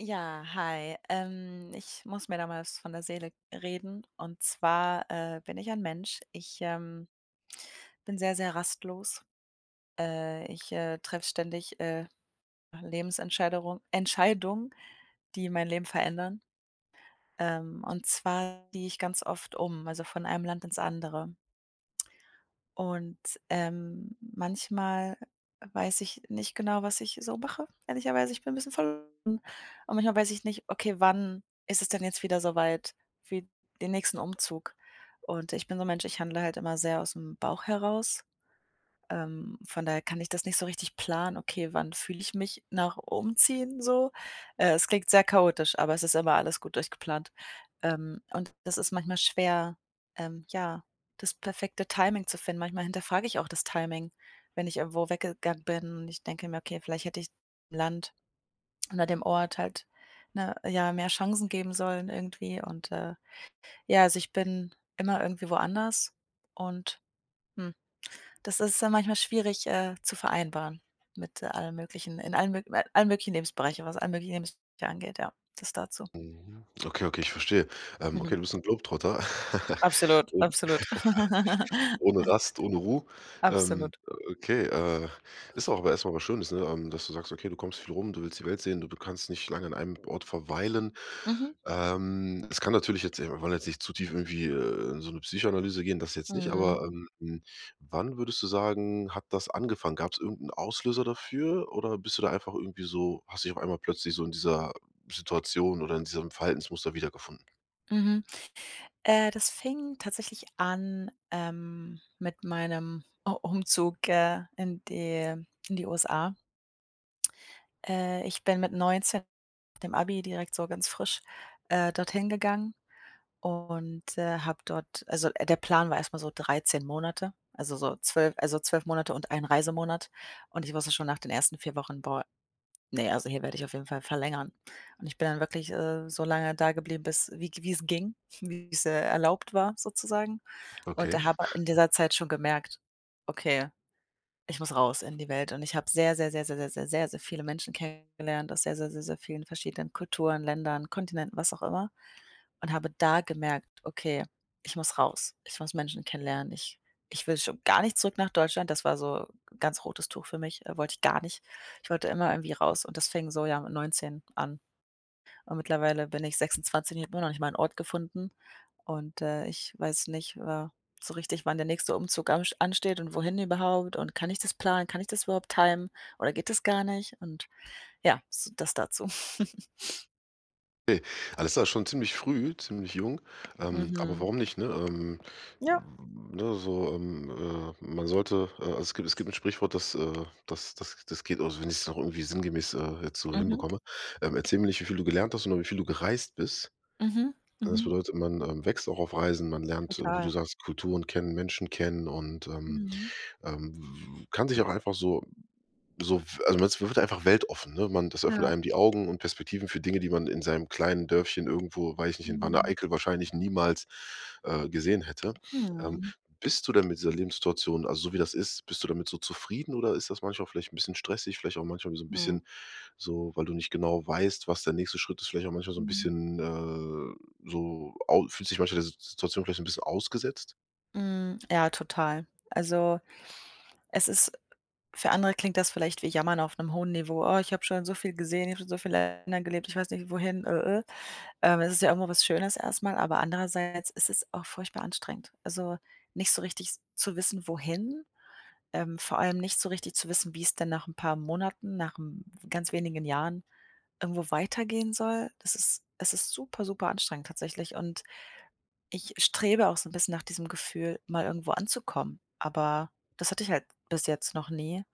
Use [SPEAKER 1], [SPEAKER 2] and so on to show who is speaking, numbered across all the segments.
[SPEAKER 1] Ja, hi. Ich muss mir da mal was von der Seele reden. Und zwar bin ich ein Mensch. Ich bin sehr, sehr rastlos. Ich treffe ständig Lebensentscheidungen, Entscheidungen, die mein Leben verändern. Und zwar ziehe ich ganz oft um, also von einem Land ins andere. Und, manchmal weiß ich nicht genau, was ich so mache, ehrlicherweise. Ich bin ein bisschen verloren und manchmal weiß ich nicht: „Okay, wann ist es denn jetzt wieder soweit für den nächsten Umzug?“ Und ich bin so 'n Mensch, ich handle halt immer sehr aus dem Bauch heraus. Von daher kann ich das nicht so richtig planen: „Okay, wann fühle ich mich nach Umziehen so?“ Es klingt sehr chaotisch, aber es ist immer alles gut durchgeplant. Und das ist manchmal schwer, ja, das perfekte Timing zu finden. Manchmal hinterfrage ich auch das Timing, wenn ich irgendwo weggegangen bin und ich denke mir: „Okay, vielleicht hätte ich dem Land oder dem Ort halt, ne, ja, mehr Chancen geben sollen irgendwie.“ Und, ja, also, ich bin immer irgendwie woanders und, hm, das ist dann manchmal schwierig, zu vereinbaren mit allen möglichen in allen mög allen möglichen Lebensbereichen, was allen möglichen Lebensbereiche angeht, ja. Das dazu.
[SPEAKER 2] Mhm. Okay, okay, ich verstehe. Okay,
[SPEAKER 1] Mhm.
[SPEAKER 2] du bist ein Globetrotter.
[SPEAKER 1] Absolut,
[SPEAKER 2] Und
[SPEAKER 1] absolut.
[SPEAKER 2] ohne Rast, ohne Ruhe. Ähm,
[SPEAKER 1] Absolut.
[SPEAKER 2] okay, äh, ist auch aber erstmal was Schönes, ne, dass du sagst: „Okay, du kommst viel rum, du willst die Welt sehen, du kannst nicht lange an einem Ort verweilen.“
[SPEAKER 1] Mhm.
[SPEAKER 2] Es kann natürlich jetzt wir wollen jetzt nicht zu tief irgendwie, in so eine Psychoanalyse gehen, das jetzt nicht,
[SPEAKER 1] Mhm.
[SPEAKER 2] aber, wann würdest du sagen, hat das angefangen? Gab es irgendeinen Auslöser dafür oder bist du da einfach irgendwie so hast dich auf einmal plötzlich so in dieser Situation oder in diesem Verhaltensmuster wiedergefunden?
[SPEAKER 1] Mhm. Das fing tatsächlich an, mit meinem U Umzug, in die USA. Ich bin mit 19 nach dem Abi direkt so ganz frisch, dorthin gegangen und, habe dort also, der Plan war erstmal so 13 Monate, also 12 Monate und ein Reisemonat. Und ich wusste schon nach den ersten 4 Wochen: „Boah, ne, also hier werde ich auf jeden Fall verlängern. Und ich bin dann wirklich, so lange da geblieben, bis wie's ging, wie's, erlaubt war sozusagen. Und
[SPEAKER 2] Okay.
[SPEAKER 1] da habe in dieser Zeit schon gemerkt: „Okay, ich muss raus in die Welt.“ Und ich habe sehr, sehr, sehr, sehr, sehr, sehr, sehr, sehr viele Menschen kennengelernt aus sehr, sehr, sehr, sehr vielen verschiedenen Kulturen, Ländern, Kontinenten, was auch immer und habe da gemerkt: „Okay, ich muss raus. Ich muss Menschen kennenlernen. Ich will schon gar nicht zurück nach Deutschland.“ Das war so ganz rotes Tuch für mich, wollte ich gar nicht. Ich wollte immer irgendwie raus und das fing so, ja, mit 19 an. Und mittlerweile bin ich 26 und ich habe immer noch nicht mal einen Ort gefunden und, ich weiß nicht, so richtig, wann der nächste Umzug ansteht und wohin überhaupt und kann ich das planen? Kann ich das überhaupt timen oder geht das gar nicht? Und ja, so das dazu.
[SPEAKER 2] Ne, alles klar, schon ziemlich früh, ziemlich jung, aber
[SPEAKER 1] Mhm.
[SPEAKER 2] warum nicht, ne?
[SPEAKER 1] Ja.
[SPEAKER 2] Man sollte also es gibt 'n Sprichwort, das, das geht also, wenn ich es noch irgendwie sinngemäß, jetzt so
[SPEAKER 1] Mhm.
[SPEAKER 2] hinbekomme: Erzähl mir nicht, wie viel du gelernt hast, sondern wie viel du gereist bist.“
[SPEAKER 1] Mhm.
[SPEAKER 2] Ne,
[SPEAKER 1] Mhm.
[SPEAKER 2] das
[SPEAKER 1] Mhm.
[SPEAKER 2] bedeutet, man, wächst auch auf Reisen, man lernt, wie
[SPEAKER 1] Total.
[SPEAKER 2] du sagst, Kulturen kennen, Menschen kennen und,
[SPEAKER 1] Mhm.
[SPEAKER 2] ähm, kann sich auch einfach so also man wird einfach weltoffen, ne? Man das öffnet
[SPEAKER 1] Ja.
[SPEAKER 2] einem die Augen und Perspektiven für Dinge, die man in seinem kleinen Dörfchen irgendwo, weiß ich nicht, in
[SPEAKER 1] Mhm.
[SPEAKER 2] Wanne-Eickel wahrscheinlich niemals, gesehen hätte. Ähm,
[SPEAKER 1] Mhm.
[SPEAKER 2] Bist du denn mit dieser Lebenssituation, also so wie das ist, bist du damit so zufrieden oder ist das manchmal vielleicht ein bisschen stressig, vielleicht auch manchmal so ein
[SPEAKER 1] Mhm.
[SPEAKER 2] bisschen so, weil du nicht genau weißt, was der nächste Schritt ist, vielleicht auch manchmal so ein
[SPEAKER 1] Mhm.
[SPEAKER 2] bisschen, so au fühlst dich manchmal der Si Situation vielleicht so ein bisschen ausgesetzt?
[SPEAKER 1] Mhm. Ja, total. Also, es ist für andere klingt das vielleicht wie Jammern auf einem hohen Niveau. „Oh, ich habe schon so viel gesehen, ich habe schon so viele Länder gelebt, ich weiß nicht wohin.“ Es ist ja irgendwo was Schönes erstmal, aber andererseits ist es auch furchtbar anstrengend. Also, nicht so richtig s zu wissen, wohin, vor allem nicht so richtig zu wissen, wie es denn nach ein paar Monaten, nach 'n ganz wenigen Jahren irgendwo weitergehen soll. Das ist Es ist super, super anstrengend tatsächlich, und ich strebe auch so ein bisschen nach diesem Gefühl, mal irgendwo anzukommen, aber das hatte ich halt bis jetzt noch nie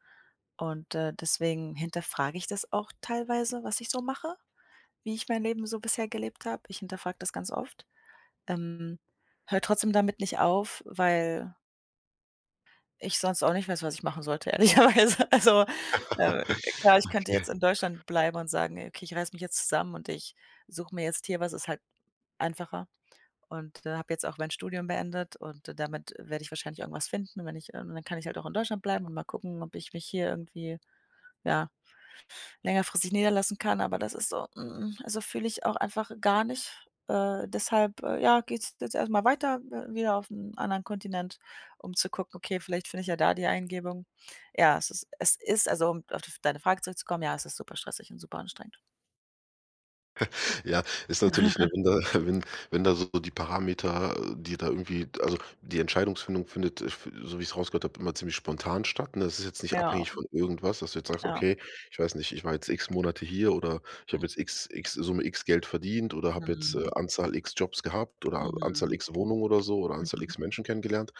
[SPEAKER 1] und, deswegen hinterfrage ich das auch teilweise, was ich so mache, wie ich mein Leben so bisher gelebt habe. Ich hinterfrage das ganz oft. Ähm, höre trotzdem damit nicht auf, weil ich sonst auch nicht weiß, was ich machen sollte, ehrlicherweise. Also, äh, klar, ich könnte jetzt
[SPEAKER 2] Okay.
[SPEAKER 1] in Deutschland bleiben und sagen: „Okay, ich reiße mich jetzt zusammen und ich suche mir jetzt hier was“, ist halt einfacher. Und, habe jetzt auch mein Studium beendet und damit werde ich wahrscheinlich irgendwas finden, wenn ich, und dann kann ich halt auch in Deutschland bleiben und mal gucken, ob ich mich hier irgendwie, ja, längerfristig niederlassen kann. Aber das ist so, also fühle ich auch einfach gar nicht. Deshalb, ja, geht's jetzt erstmal weiter, wieder auf einen anderen Kontinent, um zu gucken, okay, vielleicht finde ich ja da die Eingebung. Ja, es ist also, um auf deine Frage zurückzukommen, ja, es ist super stressig und super anstrengend.
[SPEAKER 2] Ja, ist natürlich 'ne wenn da wenn wenn da so die Parameter, die da irgendwie also, die Entscheidungsfindung findet, f so wie ich es rausgehört habe, immer ziemlich spontan statt, ne? Es ist jetzt nicht
[SPEAKER 1] Ja,
[SPEAKER 2] abhängig von irgendwas, dass du jetzt sagst:
[SPEAKER 1] ja.
[SPEAKER 2] „Okay, ich weiß nicht, ich war jetzt X Monate hier oder ich
[SPEAKER 1] Mhm.
[SPEAKER 2] habe jetzt X Summe X Geld verdient oder habe jetzt,
[SPEAKER 1] Mhm.
[SPEAKER 2] Anzahl X Jobs gehabt oder Anzahl
[SPEAKER 1] Mhm.
[SPEAKER 2] X Wohnungen oder so oder Anzahl
[SPEAKER 1] Mhm.
[SPEAKER 2] X Menschen kennengelernt.“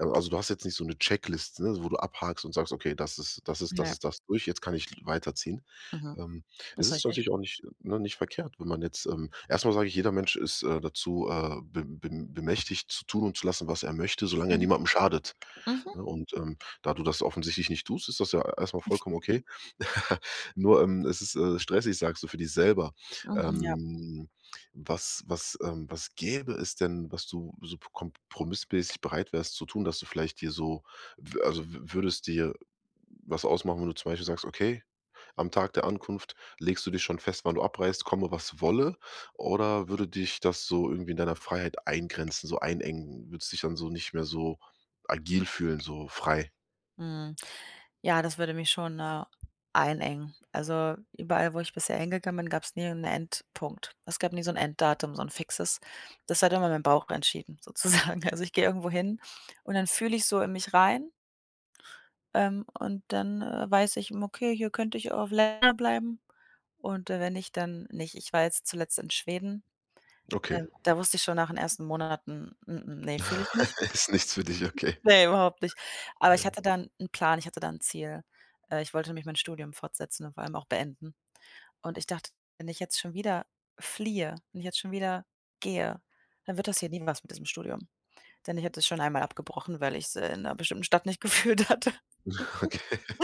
[SPEAKER 2] Ähm, also, du hast jetzt nicht so eine Checklist, ne, wo du abhakst und sagst: „Okay, das ist das ist das
[SPEAKER 1] Ja.
[SPEAKER 2] ist das durch, jetzt kann ich weiterziehen.“
[SPEAKER 1] Mhm.
[SPEAKER 2] Ähm, es
[SPEAKER 1] Ist
[SPEAKER 2] ist
[SPEAKER 1] richtig.
[SPEAKER 2] natürlich auch nicht ne, nicht verkehrt, wenn man jetzt, erst sage ich, jeder Mensch ist, dazu, be bem bemächtigt zu tun und zu lassen, was er möchte, solange er
[SPEAKER 1] Mhm.
[SPEAKER 2] niemandem schadet,
[SPEAKER 1] Mhm.
[SPEAKER 2] ne? Und, da du das offensichtlich nicht tust, ist das ja erstmal vollkommen okay. Nur, es ist, stressig, sagst du, für dich selber.
[SPEAKER 1] Mhm. Ja.
[SPEAKER 2] Ähm, was was, was gäbe es denn, was du so kompromissmäßig bereit wärst zu tun, dass du vielleicht dir so w also, w würde dir was ausmachen, wenn du zum Beispiel sagst: „Okay, am Tag der Ankunft legst du dich schon fest, wann du abreist, komme, was wolle“? Oder würde dich das so irgendwie in deiner Freiheit eingrenzen, so einengen? Würdest dich dann so nicht mehr so agil fühlen, so frei?
[SPEAKER 1] Mhm. Ja, das würde mich schon, einengen. Also, überall, wo ich bisher hingegangen bin, gab es nie einen Endpunkt. Es gab nie so ein Enddatum, so ein fixes. Das hat immer mein Bauch entschieden sozusagen. Also, ich gehe irgendwo hin und dann fühle ich so in mich rein, und dann, weiß ich: „Hm, okay, hier könnte ich auch länger bleiben und, wenn nicht, dann nicht.“ Ich war jetzt zuletzt in Schweden,
[SPEAKER 2] Okay.
[SPEAKER 1] da wusste ich schon nach den ersten Monaten: ne, fühle ich nicht.“
[SPEAKER 2] Ist nichts für dich, okay.
[SPEAKER 1] Ne, überhaupt nicht. Aber
[SPEAKER 2] Ne.
[SPEAKER 1] ich hatte da 'n Plan, ich hatte da 'n Ziel. Ich wollte nämlich mein Studium fortsetzen und vor allem auch beenden. Und ich dachte, wenn ich jetzt schon wieder fliehe, wenn ich jetzt schon wieder gehe, dann wird das hier nie was mit diesem Studium. Denn ich hatte es schon einmal abgebrochen, weil ich's, in 'ner bestimmten Stadt nicht gefühlt hatte.
[SPEAKER 2] Okay.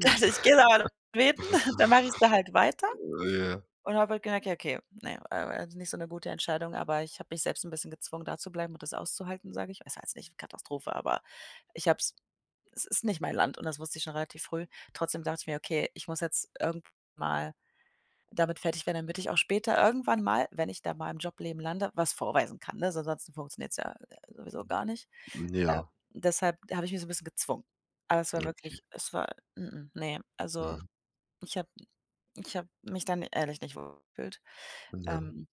[SPEAKER 1] Dachte ich: „Gehst aber beten, dann mache ich's da halt weiter.“
[SPEAKER 2] Ja,
[SPEAKER 1] Und habe halt gemerkt, ja, okay, ne, also nicht so eine gute Entscheidung, aber ich habe mich selbst ein bisschen gezwungen, da zu bleiben und das auszuhalten, sage ich. Es war jetzt nicht Katastrophe, aber ich habe es es ist nicht mein Land und das wusste ich schon relativ früh. Trotzdem dachte ich mir: „Okay, ich muss jetzt irgendwann mal damit fertig werden, damit ich auch später irgendwann mal, wenn ich da mal im Jobleben lande, was vorweisen kann“, ne? So ansonsten funktioniert es ja, sowieso gar nicht. Ähm,
[SPEAKER 2] ja,
[SPEAKER 1] deshalb habe ich mich so ein bisschen gezwungen. Aber
[SPEAKER 2] okay.
[SPEAKER 1] es war, ne, also
[SPEAKER 2] Mhm.
[SPEAKER 1] ich habe ich habe mich dann ehrlich nicht wohl gefühlt.
[SPEAKER 2] Ja,
[SPEAKER 1] Ähm,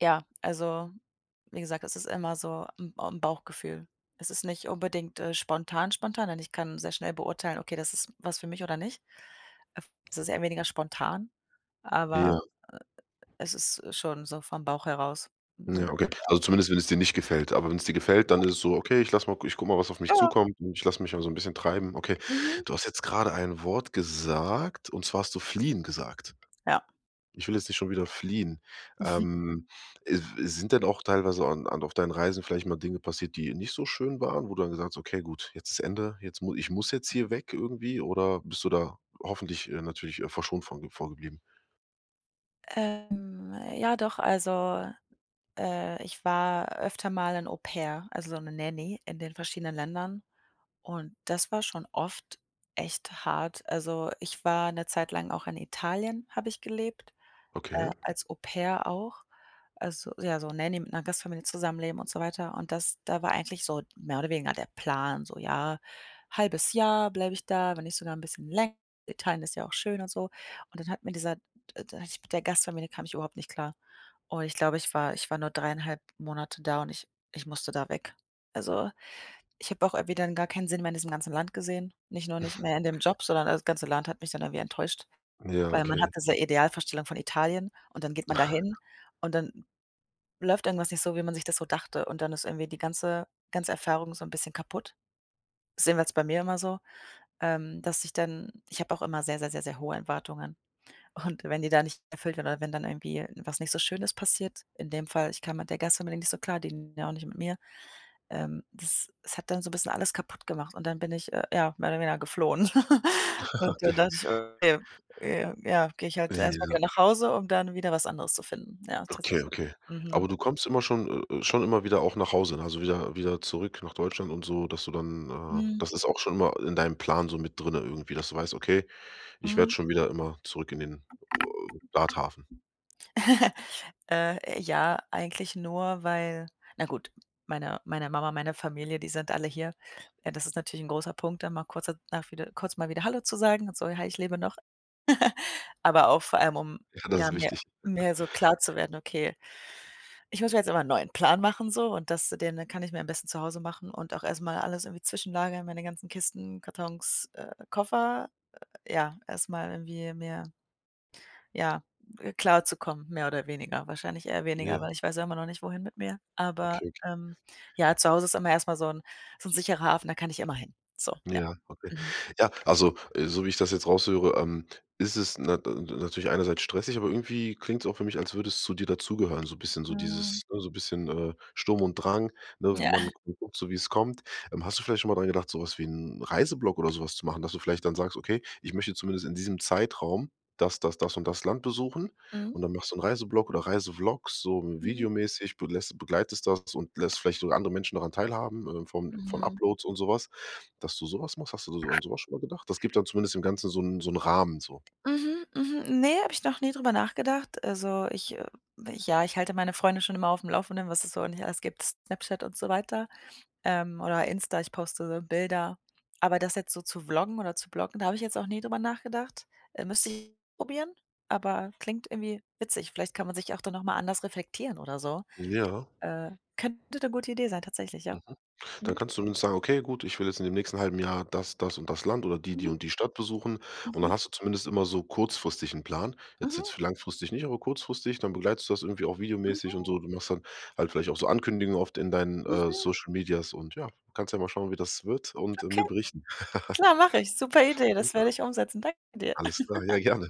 [SPEAKER 1] ja, also, wie gesagt, es ist immer so 'n Bauchgefühl. Es ist nicht unbedingt, spontan, spontan, denn ich kann sehr schnell beurteilen: „Okay, das ist was für mich oder nicht.“ Äh, es ist eher weniger spontan,
[SPEAKER 2] ja,
[SPEAKER 1] aber es ist schon so vom Bauch heraus, ne?
[SPEAKER 2] ja, okay. Also zumindest, wenn es dir nicht gefällt. Aber wenn es dir gefällt, dann ist es so: „Okay, ich lasse mal ich gucke mal, was auf mich
[SPEAKER 1] Ja,
[SPEAKER 2] zukommt und ich lasse mich mal so 'n bisschen treiben.“ Okay.
[SPEAKER 1] mhm,
[SPEAKER 2] Du hast jetzt gerade ein Wort gesagt, und zwar hast du „fliehen“ gesagt.
[SPEAKER 1] ja.
[SPEAKER 2] Ich will jetzt nicht schon wieder fliehen. Ähm, äh, Sind denn auch teilweise an auf deinen Reisen vielleicht mal Dinge passiert, die nicht so schön waren, wo du dann gesagt hast: „Okay, gut, jetzt ist Ende, jetzt mu ich muss jetzt hier weg irgendwie“, oder bist du da hoffentlich, natürlich, verschont von ge vorgeblieben?
[SPEAKER 1] Ja doch, also, ich war öfter mal 'n Au pair, also so 'ne Nanny in den verschiedenen Ländern. Und das war schon oft echt hart. Also, ich war eine Zeit lang auch in Italien habe ich gelebt,
[SPEAKER 2] Okay.
[SPEAKER 1] als Au-pair auch. Also, ja, so Nanny mit einer Gastfamilie zusammenleben und so weiter. Und das da war eigentlich so mehr oder weniger der Plan, so, ja, halbes Jahr bleibe ich da, wenn nicht sogar ein bisschen länger. Italien ist ja auch schön und so. Und dann hat mir dieser d da hatte ich mit der Gastfamilie kam ich überhaupt nicht klar. Und ich glaube, ich war nur 3,5 Monate da und ich musste da weg. Also ich habe auch irgendwie dann gar keinen Sinn mehr in diesem ganzen Land gesehen. Nicht nur nicht mehr in dem Job, sondern das ganze Land hat mich dann irgendwie enttäuscht,
[SPEAKER 2] Ja,
[SPEAKER 1] weil man hat
[SPEAKER 2] okay.
[SPEAKER 1] diese Idealvorstellung von Italien und dann geht man dahin und dann läuft irgendwas nicht so, wie man sich das so dachte und dann ist irgendwie die ganze Erfahrung so ein bisschen kaputt. Das sehen wir jedenfalls bei mir immer so, dass ich dann ich habe auch immer sehr, sehr, sehr, sehr hohe Erwartungen und wenn die da nicht erfüllt werden oder wenn dann irgendwie was nicht so Schönes passiert. In dem Fall, ich kam mit der Gastfamilie nicht so klar, die ja auch nicht mit mir, das es hat dann so ein bisschen alles kaputt gemacht und dann bin ich, ja, mehr oder weniger geflohen. Und
[SPEAKER 2] Okay.
[SPEAKER 1] dann dachte ich: „Okay, ja, gehe ich halt erstmal
[SPEAKER 2] Ja,
[SPEAKER 1] wieder nach Hause, um dann wieder was anderes zu finden.“ Ja,
[SPEAKER 2] okay,
[SPEAKER 1] tatsächlich.
[SPEAKER 2] okay. Aber
[SPEAKER 1] Mhm.
[SPEAKER 2] du kommst immer schon schon immer wieder auch nach Hause, ne? Also wieder zurück nach Deutschland und so, dass du dann
[SPEAKER 1] Mhm.
[SPEAKER 2] das ist auch schon immer in deinem Plan so mit drinne irgendwie, dass du weißt: „Okay, ich werde
[SPEAKER 1] Mhm.
[SPEAKER 2] schon wieder immer zurück in den, Starthafen.“
[SPEAKER 1] Ja, eigentlich nur, weil, na gut, meine Mama, meine Familie, die sind alle hier. Das ist natürlich ein großer Punkt, dann mal kurz danach wieder kurz mal wieder hallo zu sagen und so: „Hi, ich lebe noch.“ Aber auch vor allem, um,
[SPEAKER 2] Ja, das
[SPEAKER 1] ja,
[SPEAKER 2] ist wichtig.
[SPEAKER 1] mir so klar zu werden: „Okay, ich muss mir jetzt immer 'n neuen Plan machen so und das den kann ich mir am besten zu Hause machen und auch erst mal alles irgendwie zwischenlagern, meine ganzen Kisten, Kartons, Koffer. Ja, erst mal irgendwie mir, ja, klarzukommen, mehr oder weniger. Wahrscheinlich eher
[SPEAKER 2] Ja,
[SPEAKER 1] weniger, weil ich weiß ja immer noch nicht, wohin mit mir. Aber,
[SPEAKER 2] okay.
[SPEAKER 1] ähm, ja, zu Hause ist immer erst mal so 'n sicherer Hafen, da kann ich immer hin. So, ja.
[SPEAKER 2] Ja, okay.
[SPEAKER 1] Mhm.
[SPEAKER 2] Ja, also, so wie ich das jetzt raushöre, ist es na natürlich einerseits stressig, aber irgendwie klingt es auch für mich, als würde es zu dir dazugehören, so ein bisschen so
[SPEAKER 1] Mhm.
[SPEAKER 2] dieses ne, so ein bisschen, Sturm und Drang, ne?
[SPEAKER 1] Ja.
[SPEAKER 2] Man guckt so, wie es kommt. Hast du vielleicht schon mal dran gedacht, so was wie 'n Reiseblock oder sowas zu machen, dass du vielleicht dann sagst: „Okay, ich möchte zumindest in diesem Zeitraum das, das, das und das Land besuchen“
[SPEAKER 1] Mhm.
[SPEAKER 2] und dann machst du einen Reiseblock oder Reisevlogs, so
[SPEAKER 1] Mhm.
[SPEAKER 2] videomäßig, belässt begleitest das und lässt vielleicht sogar andere Menschen daran teilhaben, von
[SPEAKER 1] Mhm.
[SPEAKER 2] Uploads und sowas. Dass du so was machst, hast du so an so was schon mal gedacht? Das gibt dann zumindest dem Ganzen so 'n Rahmen so.
[SPEAKER 1] Mhm, mhm. Ne, habe ich noch nie drüber nachgedacht. Also, ja, ich halte meine Freunde schon immer auf dem Laufenden, was es so nicht alles gibt, Snapchat und so weiter, oder Insta, ich poste so Bilder. Aber das jetzt so zu vloggen oder zu bloggen, da habe ich jetzt auch nie drüber nachgedacht. Müsste ich probieren, aber klingt irgendwie witzig. Vielleicht kann man sich auch dann noch mal anders reflektieren oder so.
[SPEAKER 2] Ja,
[SPEAKER 1] Äh, könnte 'ne gute Idee sein tatsächlich, ja.
[SPEAKER 2] mhm. Dann
[SPEAKER 1] Mhm,
[SPEAKER 2] kannst du zumindest sagen: „Okay, gut, ich will jetzt in dem nächsten halben Jahr das, das und das Land oder die, die
[SPEAKER 1] mhm,
[SPEAKER 2] und die Stadt besuchen.“ Und
[SPEAKER 1] mhm,
[SPEAKER 2] dann hast du zumindest immer so kurzfristig 'n Plan. Jetzt
[SPEAKER 1] mhm,
[SPEAKER 2] für langfristig nicht, aber kurzfristig, dann begleitest du das irgendwie auch videomäßig
[SPEAKER 1] mhm,
[SPEAKER 2] und so. Du machst dann halt vielleicht auch so Ankündigungen oft in deinen,
[SPEAKER 1] mhm.
[SPEAKER 2] Social Medias und ja, kannst ja mal schauen, wie das wird und,
[SPEAKER 1] Okay,
[SPEAKER 2] mir berichten.
[SPEAKER 1] klar, mache ich. Super Idee, das werde ich umsetzen. Danke dir.
[SPEAKER 2] Alles klar, ja gerne.